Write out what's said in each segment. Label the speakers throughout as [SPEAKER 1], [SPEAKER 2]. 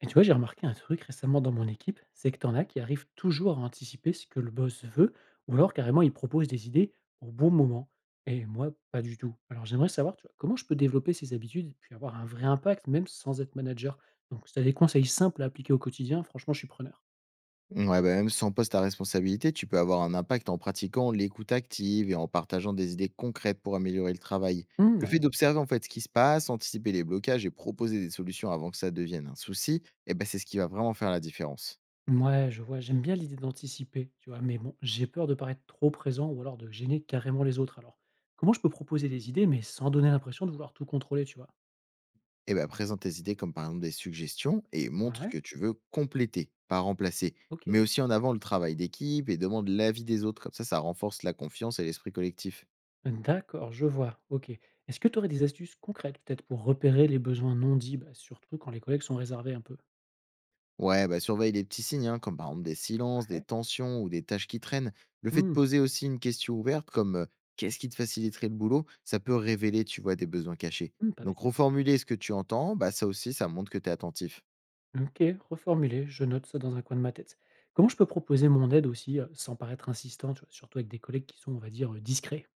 [SPEAKER 1] Et tu vois, j'ai remarqué un truc récemment dans mon équipe, c'est que t'en as qui arrivent toujours à anticiper ce que le boss veut, ou alors carrément ils proposent des idées au bon moment. Et moi, pas du tout. Alors j'aimerais savoir, tu vois, comment je peux développer ces habitudes et puis avoir un vrai impact, même sans être manager. Donc, si tu as des conseils simples à appliquer au quotidien, franchement, je suis preneur.
[SPEAKER 2] Ouais, bah, même sans poste à responsabilité, tu peux avoir un impact en pratiquant l'écoute active et en partageant des idées concrètes pour améliorer le travail. Le fait
[SPEAKER 1] Ouais.
[SPEAKER 2] d'observer en fait ce qui se passe, anticiper les blocages et proposer des solutions avant que ça devienne un souci, eh ben, c'est ce qui va vraiment faire la différence.
[SPEAKER 1] Ouais, je vois, j'aime bien l'idée d'anticiper, tu vois, mais bon, j'ai peur de paraître trop présent ou alors de gêner carrément les autres. Alors, comment je peux proposer des idées, mais sans donner l'impression de vouloir tout contrôler, tu vois?
[SPEAKER 2] Et ben, présente tes idées comme par exemple des suggestions et montre que
[SPEAKER 1] Ouais,
[SPEAKER 2] tu veux compléter, pas remplacer.
[SPEAKER 1] ok.
[SPEAKER 2] Mais aussi en avant le travail d'équipe et demande l'avis des autres. Comme ça renforce la confiance et l'esprit collectif.
[SPEAKER 1] D'accord, je vois, OK. Est-ce que tu aurais des astuces concrètes peut-être pour repérer les besoins non dits? Bah, surtout quand les collègues sont réservés un peu.
[SPEAKER 2] Ouais, bah surveille les petits signes, hein, comme par exemple des silences, des
[SPEAKER 1] Ouais.
[SPEAKER 2] tensions ou des tâches qui traînent. Le fait de
[SPEAKER 1] Mmh,
[SPEAKER 2] poser aussi une question ouverte, comme qu'est-ce qui te faciliterait le boulot, ça peut révéler, tu vois, des besoins cachés.
[SPEAKER 1] mmh, pas
[SPEAKER 2] Donc
[SPEAKER 1] bête.
[SPEAKER 2] reformuler ce que tu entends, bah ça aussi, ça montre que tu es attentif.
[SPEAKER 1] OK, reformuler, je note ça dans un coin de ma tête. Comment je peux proposer mon aide aussi, sans paraître insistant, tu vois? Surtout avec des collègues qui sont, on va dire, discrets.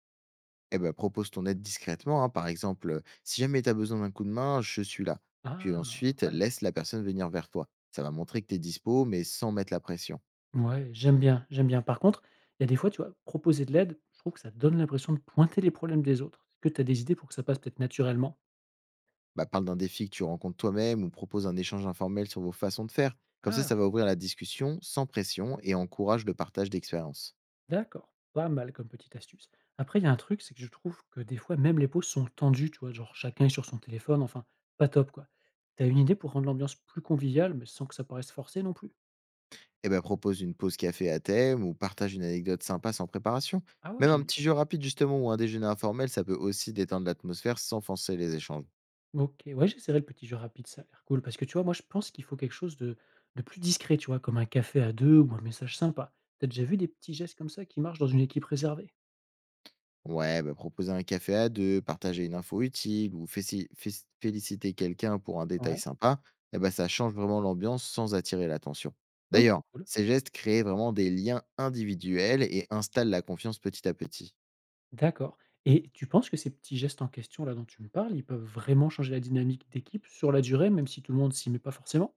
[SPEAKER 2] Et ben propose ton aide discrètement, hein, par exemple, si jamais tu as besoin d'un coup de main, je suis là. Puis
[SPEAKER 1] Ah,
[SPEAKER 2] ensuite,
[SPEAKER 1] ouais.
[SPEAKER 2] laisse la personne venir vers toi. Ça va montrer que tu es dispo, mais sans mettre la pression.
[SPEAKER 1] Ouais, j'aime bien, j'aime bien. Par contre, il y a des fois, tu vois, proposer de l'aide, je trouve que ça donne l'impression de pointer les problèmes des autres. Est-ce que tu as des idées pour que ça passe peut-être naturellement?
[SPEAKER 2] Bah, parle d'un défi que tu rencontres toi-même ou propose un échange informel sur vos façons de faire. Comme ça va
[SPEAKER 1] Ah!
[SPEAKER 2] ouvrir la discussion sans pression et encourage le partage d'expériences.
[SPEAKER 1] D'accord, pas mal comme petite astuce. Après, il y a un truc, c'est que je trouve que des fois, même les pauses sont tendues, tu vois, genre chacun est sur son téléphone, enfin, pas top, quoi. T'as une idée pour rendre l'ambiance plus conviviale, mais sans que ça paraisse forcé non plus?
[SPEAKER 2] Et ben propose une pause café à thème ou partage une anecdote sympa sans préparation.
[SPEAKER 1] Ah ouais,
[SPEAKER 2] Même un
[SPEAKER 1] j'aime bien.
[SPEAKER 2] petit jeu rapide justement ou un déjeuner informel, ça peut aussi détendre l'atmosphère sans forcer les échanges.
[SPEAKER 1] Ok, ouais, j'essaierai le petit jeu rapide, ça a l'air cool. Parce que tu vois, moi, je pense qu'il faut quelque chose de plus discret, tu vois, comme un café à deux ou un message sympa. T'as déjà vu des petits gestes comme ça qui marchent dans une équipe réservée?
[SPEAKER 2] Ouais, bah, proposer un café à deux, partager une info utile ou féliciter quelqu'un pour un détail
[SPEAKER 1] Ouais.
[SPEAKER 2] sympa, eh ben, ça change vraiment l'ambiance sans attirer l'attention.
[SPEAKER 1] Ok,
[SPEAKER 2] D'ailleurs,
[SPEAKER 1] cool.
[SPEAKER 2] ces gestes créent vraiment des liens individuels et installent la confiance petit à petit.
[SPEAKER 1] D'accord, et tu penses que ces petits gestes en question là dont tu me parles, ils peuvent vraiment changer la dynamique d'équipe sur la durée, même si tout le monde s'y met pas forcément?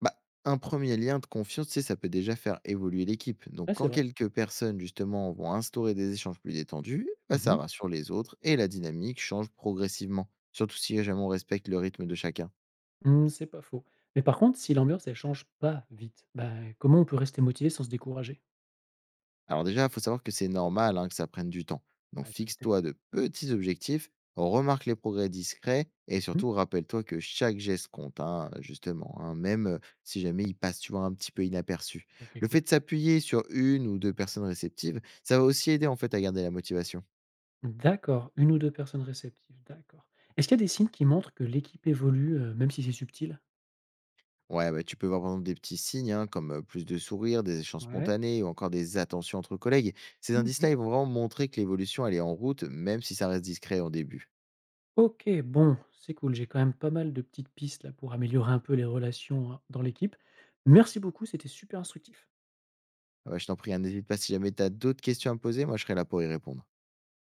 [SPEAKER 2] Bah, un premier lien de confiance, tu sais, ça peut déjà faire évoluer l'équipe. Donc,
[SPEAKER 1] Ah c'est
[SPEAKER 2] quand
[SPEAKER 1] vrai.
[SPEAKER 2] quelques personnes, justement, vont instaurer des échanges plus détendus, bah,
[SPEAKER 1] Mmh
[SPEAKER 2] ça
[SPEAKER 1] mh.
[SPEAKER 2] rassure les autres et la dynamique change progressivement, surtout si jamais on respecte le rythme de chacun.
[SPEAKER 1] Mmh, c'est pas faux. Mais par contre, si l'ambiance elle change pas vite, bah, comment on peut rester motivé sans se décourager?
[SPEAKER 2] Alors déjà, il faut savoir que c'est normal hein, que ça prenne du temps. Donc
[SPEAKER 1] Ouais, je me doutais.
[SPEAKER 2] fixe-toi de petits objectifs, remarque les progrès discrets et
[SPEAKER 1] Mmh,
[SPEAKER 2] surtout rappelle-toi que chaque geste compte, hein, justement, hein, même si jamais il passe tu vois, un petit peu inaperçu.
[SPEAKER 1] OK,
[SPEAKER 2] Le
[SPEAKER 1] cool.
[SPEAKER 2] fait de s'appuyer sur une ou deux personnes réceptives, ça va aussi aider en fait à garder la motivation.
[SPEAKER 1] D'accord, une ou 2 personnes réceptives, d'accord. Est-ce qu'il y a des signes qui montrent que l'équipe évolue, même si c'est subtil?
[SPEAKER 2] Ouais, bah, tu peux voir par exemple des petits signes hein, comme plus de sourires, des échanges
[SPEAKER 1] Ouais.
[SPEAKER 2] spontanés ou encore des attentions entre collègues. Ces indices-là,
[SPEAKER 1] Mmh,
[SPEAKER 2] ils vont vraiment montrer que l'évolution elle est en route, même si ça reste discret au début.
[SPEAKER 1] OK, bon, c'est cool, j'ai quand même pas mal de petites pistes là pour améliorer un peu les relations, dans l'équipe. Merci beaucoup, c'était super instructif.
[SPEAKER 2] Ouais, je t'en prie, hein, n'hésite pas si jamais tu as d'autres questions à me poser, moi je serai là pour y répondre.